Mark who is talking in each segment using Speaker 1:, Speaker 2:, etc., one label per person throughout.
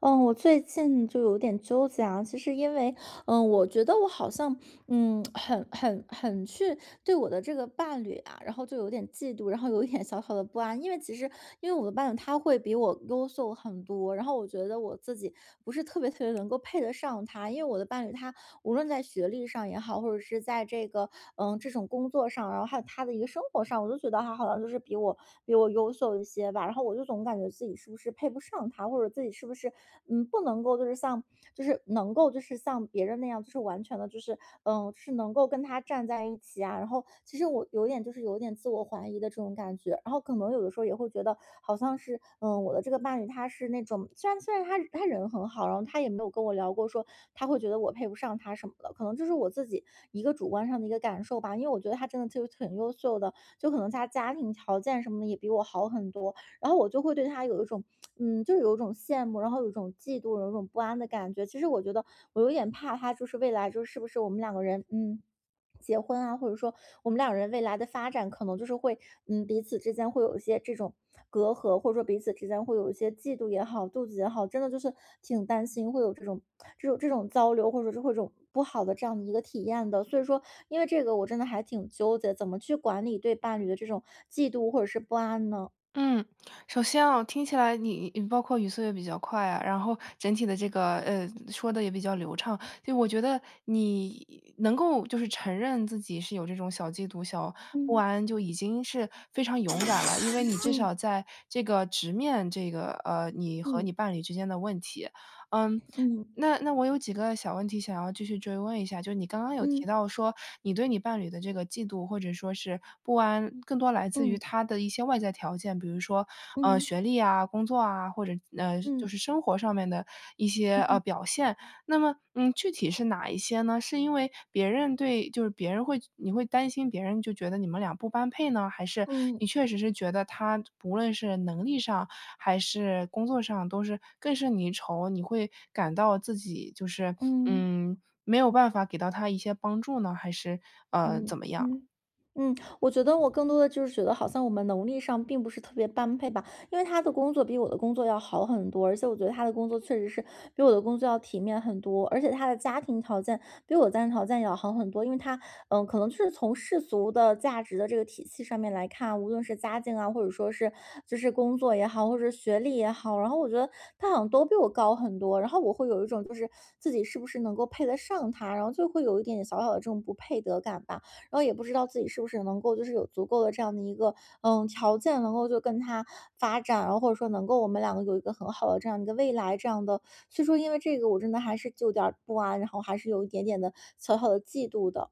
Speaker 1: 嗯，我最近就有点纠结啊。其实因为，我觉得我好像，很去对我的这个伴侣啊，然后就有点嫉妒，然后有一点小小的不安。因为其实，因为我的伴侣他会比我优秀很多，然后我觉得我自己不是特别特别能够配得上他。因为我的伴侣他无论在学历上也好，或者是在这个这种工作上，然后还有他的一个生活上，我就觉得他好像就是比我优秀一些吧。然后我就总感觉自己是不是配不上他，或者自己是不是不能够就是像就是能够就是像别人那样，就是完全的就是是能够跟他站在一起啊。然后其实我有点就是有点自我怀疑的这种感觉，然后可能有的时候也会觉得好像是我的这个伴侣他是那种虽然他人很好，然后他也没有跟我聊过说他会觉得我配不上他什么的，可能就是我自己一个主观上的一个感受吧，因为我觉得他真的就是挺优秀的，就可能他家庭条件什么的也比我好很多，然后我就会对他有一种，就是有一种羡慕，然后有一种嫉妒，有一种不安的感觉。其实我觉得我有点怕他，就是未来就是是不是我们两个人，结婚啊，或者说我们两人未来的发展，可能就是会，彼此之间会有一些这种隔阂，或者说彼此之间会有一些嫉妒也好、妒忌也好，真的就是挺担心会有这种交流，或者说是会有这种不好的这样的一个体验的。所以说，因为这个我真的还挺纠结，怎么去管理对伴侣的这种嫉妒或者是不安呢？
Speaker 2: 嗯，首先啊，听起来你包括语速也比较快啊，然后整体的这个说的也比较流畅，就我觉得你能够就是承认自己是有这种小嫉妒、小不
Speaker 1: 嗯。
Speaker 2: 安，就已经是非常勇敢了，因为你至
Speaker 1: 嗯
Speaker 2: 少在这个直面这个你和
Speaker 1: 嗯
Speaker 2: 你伴侣之间的问题。嗯，
Speaker 1: 嗯
Speaker 2: 那我有几个小问题想要继续追问一下。就你刚刚有提
Speaker 1: 嗯
Speaker 2: 到说，你对你伴侣的这个嫉妒或者说是不安，更多来自于
Speaker 1: 嗯
Speaker 2: 他的一些外在条件。比如说，
Speaker 1: 嗯
Speaker 2: 学历啊、工作啊，或者就
Speaker 1: 嗯
Speaker 2: 是生活上面的一些
Speaker 1: 嗯嗯
Speaker 2: 表现。那么，嗯，具体是哪一些呢？是因为别人对就是别人会你会担心别人就觉得你们俩不般配呢？还是你
Speaker 1: 嗯
Speaker 2: 确实是觉得他无论是能力上还是工作上都是更胜你一筹，你会感到自己就是，
Speaker 1: 嗯
Speaker 2: 嗯，没有办法给到他一些帮助呢？还是，怎
Speaker 1: 嗯
Speaker 2: 么样？
Speaker 1: 嗯，我觉得我更多的就是觉得好像我们能力上并不是特别般配吧。因为他的工作比我的工作要好很多，而且我觉得他的工作确实是比我的工作要体面很多，而且他的家庭条件比我家庭条件也要好很多，因为他，可能就是从世俗的价值的这个体系上面来看，无论是家境啊，或者说是就是工作也好，或者是学历也好，然后我觉得他好像都比我高很多，然后我会有一种就是自己是不是能够配得上他，然后就会有一点点小小的这种不配得感吧。然后也不知道自己是不是能够就是有足够的这样的一个条件，能够就跟他发展，然后或者说能够我们两个有一个很好的这样一个未来这样的。所以说，因为这个我真的还是就有点儿不安，然后还是有一点点的小小的嫉妒的。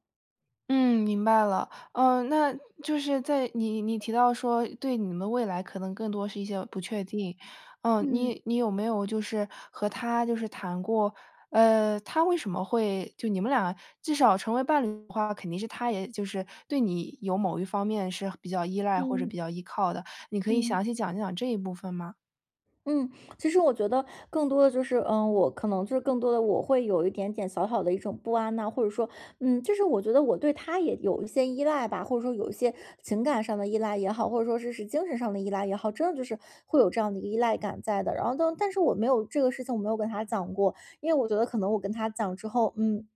Speaker 2: 嗯，明白了。嗯，那就是在你提到说对你们未来可能更多是一些不确定，嗯，
Speaker 1: 嗯
Speaker 2: 你有没有就是和他就是谈过，他为什么会就你们俩至少成为伴侣的话，肯定是他也就是对你有某一方面是比较依赖或者
Speaker 1: 嗯
Speaker 2: 比较依靠的，你可以
Speaker 1: 嗯，
Speaker 2: 详细讲一讲这一部分吗？
Speaker 1: 嗯，其实我觉得更多的就是，我可能就是更多的我会有一点点小小的一种不安呐、或者说，就是我觉得我对他也有一些依赖吧，或者说有一些情感上的依赖也好，或者说是精神上的依赖也好，真的就是会有这样的一个依赖感在的。然后但是我没有这个事情，我没有跟他讲过，因为我觉得可能我跟他讲之后，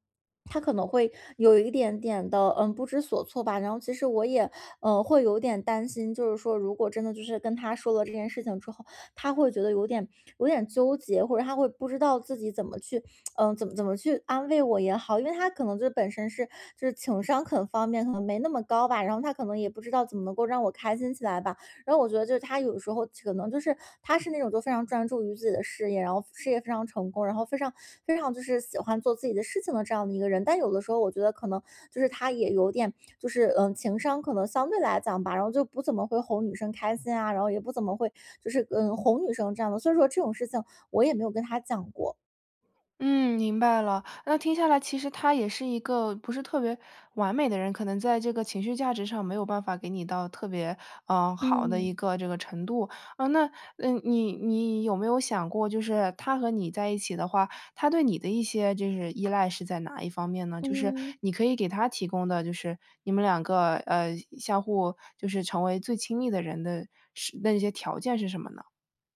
Speaker 1: 他可能会有一点点的不知所措吧，然后其实我也会有点担心，就是说如果真的就是跟他说了这件事情之后。他会觉得有点纠结，或者他会不知道自己怎么去，怎么去安慰我也好，因为他可能就是本身是就是情商可能方面可能没那么高吧，然后他可能也不知道怎么能够让我开心起来吧。然后我觉得就是他有时候可能就是他是那种就非常专注于自己的事业，然后事业非常成功，然后非常非常就是喜欢做自己的事情的这样的一个人。但有的时候我觉得可能就是他也有点就是情商可能相对来讲吧，然后就不怎么会哄女生开心啊，然后也不怎么会就是哄女生这样的，所以说这种事情我也没有跟他讲过，
Speaker 2: 嗯，明白了。那听下来，其实他也是一个不是特别完美的人，可能在这个情绪价值上没有办法给你到特别好的一
Speaker 1: 嗯。
Speaker 2: 个这个程度。啊、那你有没有想过，就是他和你在一起的话，他对你的一些就是依赖是在哪一方面呢？就是
Speaker 1: 嗯。
Speaker 2: 你可以给他提供的，就是你们两个相互就是成为最亲密的人的是那些条件是什么呢？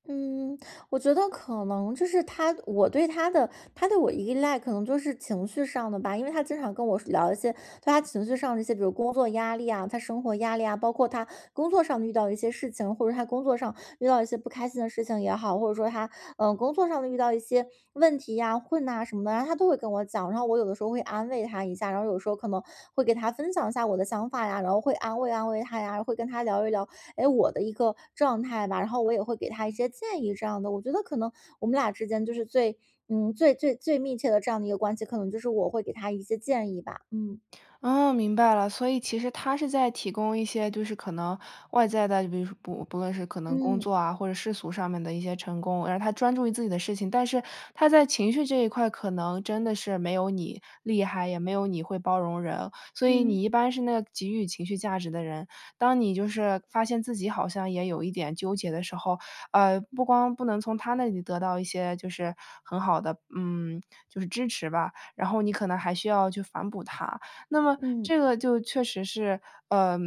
Speaker 1: 嗯，我觉得可能就是他，我对他的，他对我依赖可能就是情绪上的吧，因为他经常跟我聊一些对他情绪上的一些，比如工作压力啊，他生活压力啊，包括他工作上遇到一些事情，或者他工作上遇到一些不开心的事情也好，或者说他工作上的遇到一些问题呀、困难啊什么的，然后他都会跟我讲，然后我有的时候会安慰他一下，然后有时候可能会给他分享一下我的想法呀，然后会安慰安慰他呀，会跟他聊一聊哎，我的一个状态吧，然后我也会给他一些建议这样的。我觉得可能我们俩之间就是最嗯，最最最密切的这样的一个关系，可能就是我会给他一些建议吧。嗯。
Speaker 2: 嗯，明白了。所以其实他是在提供一些就是可能外在的，比如说不论是可能工作
Speaker 1: 嗯，
Speaker 2: 啊，或者世俗上面的一些成功，让他专注于自己的事情。但是他在情绪这一块，可能真的是没有你厉害，也没有你会包容人。所以
Speaker 1: 嗯，
Speaker 2: 你一般是那个给予情绪价值的人。当你就是发现自己好像也有一点纠结的时候，不光不能从他那里得到一些就是很好的，嗯，就是支持吧，然后你可能还需要去反哺他。那么
Speaker 1: 嗯，
Speaker 2: 这个就确实是，呃，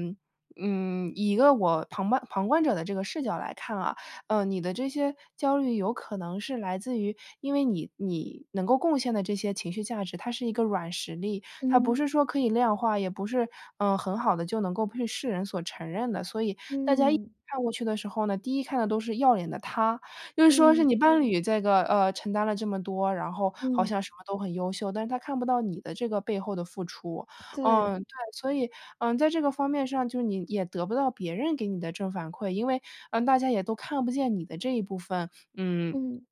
Speaker 2: 以一个我旁观者的这个视角来看啊。你的这些焦虑有可能是来自于，因为你你能够贡献的这些情绪价值，它是一个软实力，它不
Speaker 1: 嗯，
Speaker 2: 是说可以量化，也不是，很好的就能够被世人所承认的。所以大家一
Speaker 1: 嗯，
Speaker 2: 看过去的时候呢，第一看的都是要脸的他，就是说是
Speaker 1: 嗯，
Speaker 2: 你伴侣这个，承担了这么多，然后好
Speaker 1: 嗯，
Speaker 2: 像什么都很优秀，但是他看不到你的这个背后的付出。
Speaker 1: 对，
Speaker 2: 嗯，对，所以，嗯，在这个方面上，就是你也得不到别人给你的正反馈。因为，嗯，大家也都看不见你的这一部分。嗯，
Speaker 1: 嗯，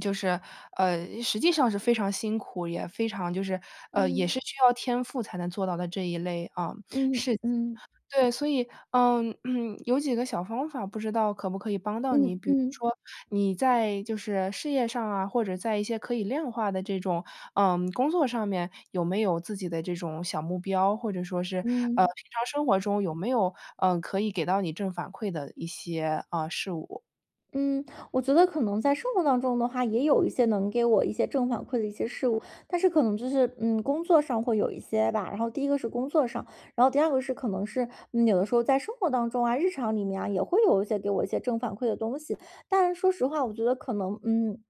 Speaker 2: 就是，实际上是非常辛苦，也非常就是，也
Speaker 1: 嗯。
Speaker 2: 是需要天赋才能做到的这一类，啊，
Speaker 1: 嗯，
Speaker 2: 事情。
Speaker 1: 嗯，
Speaker 2: 对，所以，嗯，有几个小方法，不知道可不可以帮到你。
Speaker 1: 嗯，
Speaker 2: 比如
Speaker 1: 嗯，
Speaker 2: 说你在就是事业上啊，或者在一些可以量化的这种，嗯，工作上面，有没有自己的这种小目标，或者说是，
Speaker 1: 嗯，嗯。
Speaker 2: 平常生活中有没有，嗯，可以给到你正反馈的一些啊，事物？
Speaker 1: 嗯，我觉得可能在生活当中的话，也有一些能给我一些正反馈的一些事物，但是可能就是工作上会有一些吧。然后第一个是工作上，然后第二个是可能是有的时候在生活当中啊，日常里面啊，也会有一些给我一些正反馈的东西。但说实话，我觉得可能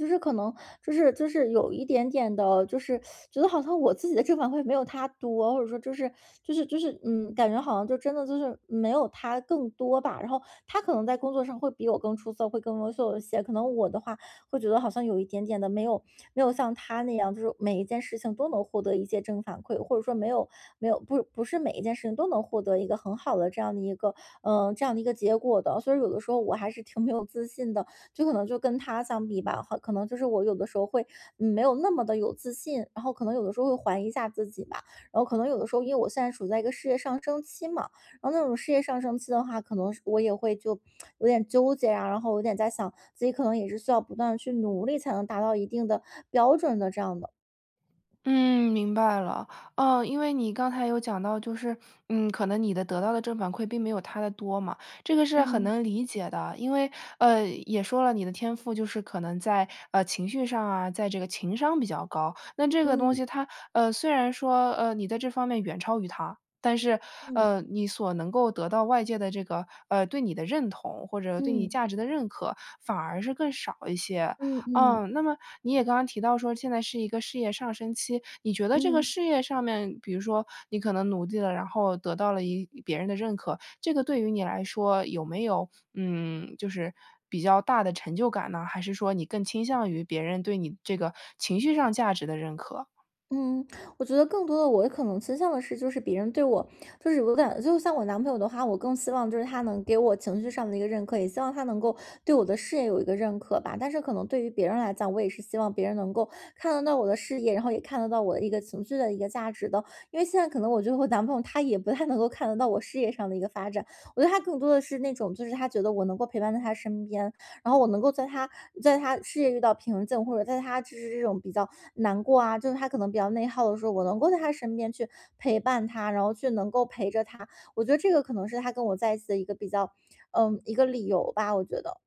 Speaker 1: 就是可能就是有一点点的，就是觉得好像我自己的正反馈没有他多，或者说就是感觉好像就真的就是没有他更多吧。然后他可能在工作上会比我更出色，会更优秀一些。可能我的话会觉得好像有一点点的没有像他那样，就是每一件事情都能获得一些正反馈，或者说没有不是每一件事情都能获得一个很好的这样的一个这样的一个结果的。所以有的时候我还是挺没有自信的。就可能就跟他相比吧，很可能就是我有的时候会，没有那么的有自信，然后可能有的时候会怀疑一下自己吧，然后可能有的时候因为我现在处在一个事业上升期嘛，然后那种事业上升期的话，可能是我也会就有点纠结啊，然后有点在想自己可能也是需要不断的去努力才能达到一定的标准的这样的，
Speaker 2: 嗯，明白了。哦，因为你刚才有讲到，就是，嗯，可能你的得到的正反馈并没有他的多嘛，这个是很能理解的。因为，也说了，你的天赋就是可能在情绪上啊，在这个情商比较高。那这个东
Speaker 1: 嗯
Speaker 2: 西它，虽然说，你在这方面远超于他，但是，
Speaker 1: 嗯
Speaker 2: 你所能够得到外界的这个，对你的认同或者对你
Speaker 1: 嗯
Speaker 2: 价值的认可，反而是更少一些。
Speaker 1: 嗯嗯嗯
Speaker 2: 嗯，
Speaker 1: 嗯
Speaker 2: 那么你也刚刚提到说现在是一个事业上升期，你觉得这个
Speaker 1: 嗯。
Speaker 2: 事业上面，比如说你可能努力了，然后得到了一别人的认可，这个对于你来说有没有，嗯，就是比较大的成就感呢？还是说你更倾向于别人对你这个情绪上价值的认可啊。
Speaker 1: 嗯，我觉得更多的我可能倾向的是，就是别人对我，就是有点，就像我男朋友的话，我更希望就是他能给我情绪上的一个认可，也希望他能够对我的事业有一个认可吧。但是可能对于别人来讲，我也是希望别人能够看得到我的事业，然后也看得到我的一个情绪的一个价值的。因为现在可能我觉得我男朋友他也不太能够看得到我事业上的一个发展，我觉得他更多的是那种，就是他觉得我能够陪伴在他身边，然后我能够在他事业遇到瓶颈，或者在他就是这种比较难过啊，就是他可能比较内耗的时候，我能够在他身边去陪伴他，然后去能够陪着他。我觉得这个可能是他跟我在一起的一个比较，一个理由吧，我觉得。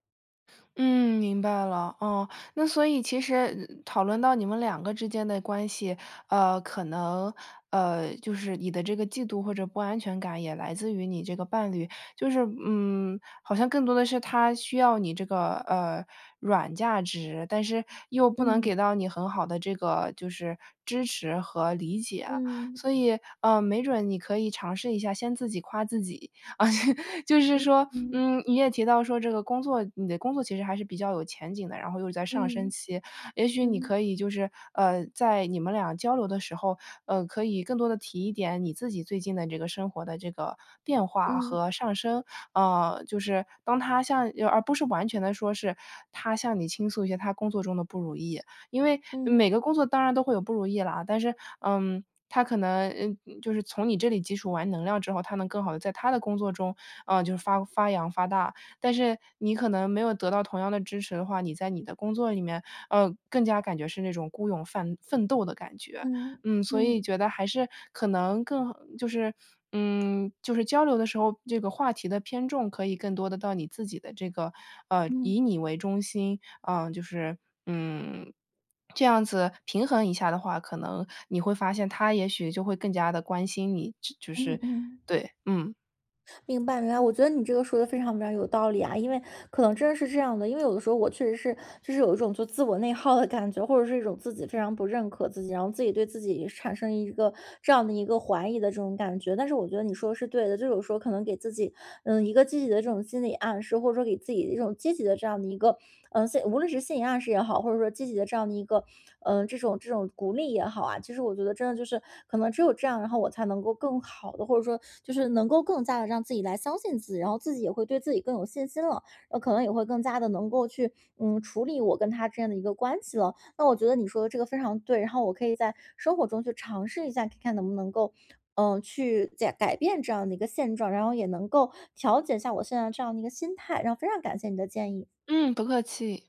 Speaker 2: 嗯，明白了。哦，那所以其实讨论到你们两个之间的关系，可能，就是你的这个嫉妒或者不安全感也来自于你这个伴侣。就是，嗯，好像更多的是他需要你这个，软价值，但是又不能
Speaker 1: 嗯
Speaker 2: 给到你很好的这个就是支持和理解。
Speaker 1: 嗯
Speaker 2: 所以，没准你可以尝试一下，先自己夸自己。啊，就是说，
Speaker 1: 嗯
Speaker 2: 嗯，你也提到说这个工作你的工作其实还是比较有前景的，然后又是在上升
Speaker 1: 嗯
Speaker 2: 期。也许你
Speaker 1: 嗯
Speaker 2: 可以就是，在你们俩交流的时候，可以更多的提一点你自己最近的这个生活的这个变化
Speaker 1: 嗯
Speaker 2: 和上升。就是当他向而不是完全的说是他向你倾诉一些他工作中的不如意，因为
Speaker 1: 嗯
Speaker 2: 每
Speaker 1: 嗯
Speaker 2: 个工作当然都会有不如意啦。但是，嗯，他可能，嗯，就是从你这里汲取完能量之后，他能更好的在他的工作中，就是发扬发大。但是你可能没有得到同样的支持的话，你在你的工作里面，更加感觉是那种孤勇奋斗的感觉。
Speaker 1: 嗯
Speaker 2: 嗯，所以
Speaker 1: 嗯
Speaker 2: 觉得还是可能更就是嗯，就是交流的时候，这个话题的偏重可以更多的到你自己的这个，
Speaker 1: 嗯
Speaker 2: 以你为中心。嗯，就是，嗯，这样子平衡一下的话，可能你会发现他也许就会更加的关心你。就就
Speaker 1: 嗯
Speaker 2: 是
Speaker 1: 嗯。
Speaker 2: 对。嗯，
Speaker 1: 明白明白，我觉得你这个说的非常非常有道理啊，因为可能真的是这样的，因为有的时候我确实是就是有一种就自我内耗的感觉，或者是一种自己非常不认可自己，然后自己对自己产生一个这样的一个怀疑的这种感觉。但是我觉得你说的是对的，就有时候可能给自己一个积极的。己的这种心理暗示，或者说给自己的一种积极的这样的一个，心无论是心理暗示也好，或者说积极的这样的一个，这种鼓励也好啊，其实我觉得真的就是可能只有这样，然后我才能够更好的，或者说就是能够更加的让自己来相信自己，然后自己也会对自己更有信心了，那可能也会更加的能够去，处理我跟他之间的一个关系了。那我觉得你说的这个非常对，然后我可以在生活中去尝试一下，看看能不能够去改变这样的一个现状，然后也能够调节一下我现在这样的一个心态，然后非常感谢你的建议。
Speaker 2: 嗯，不客气。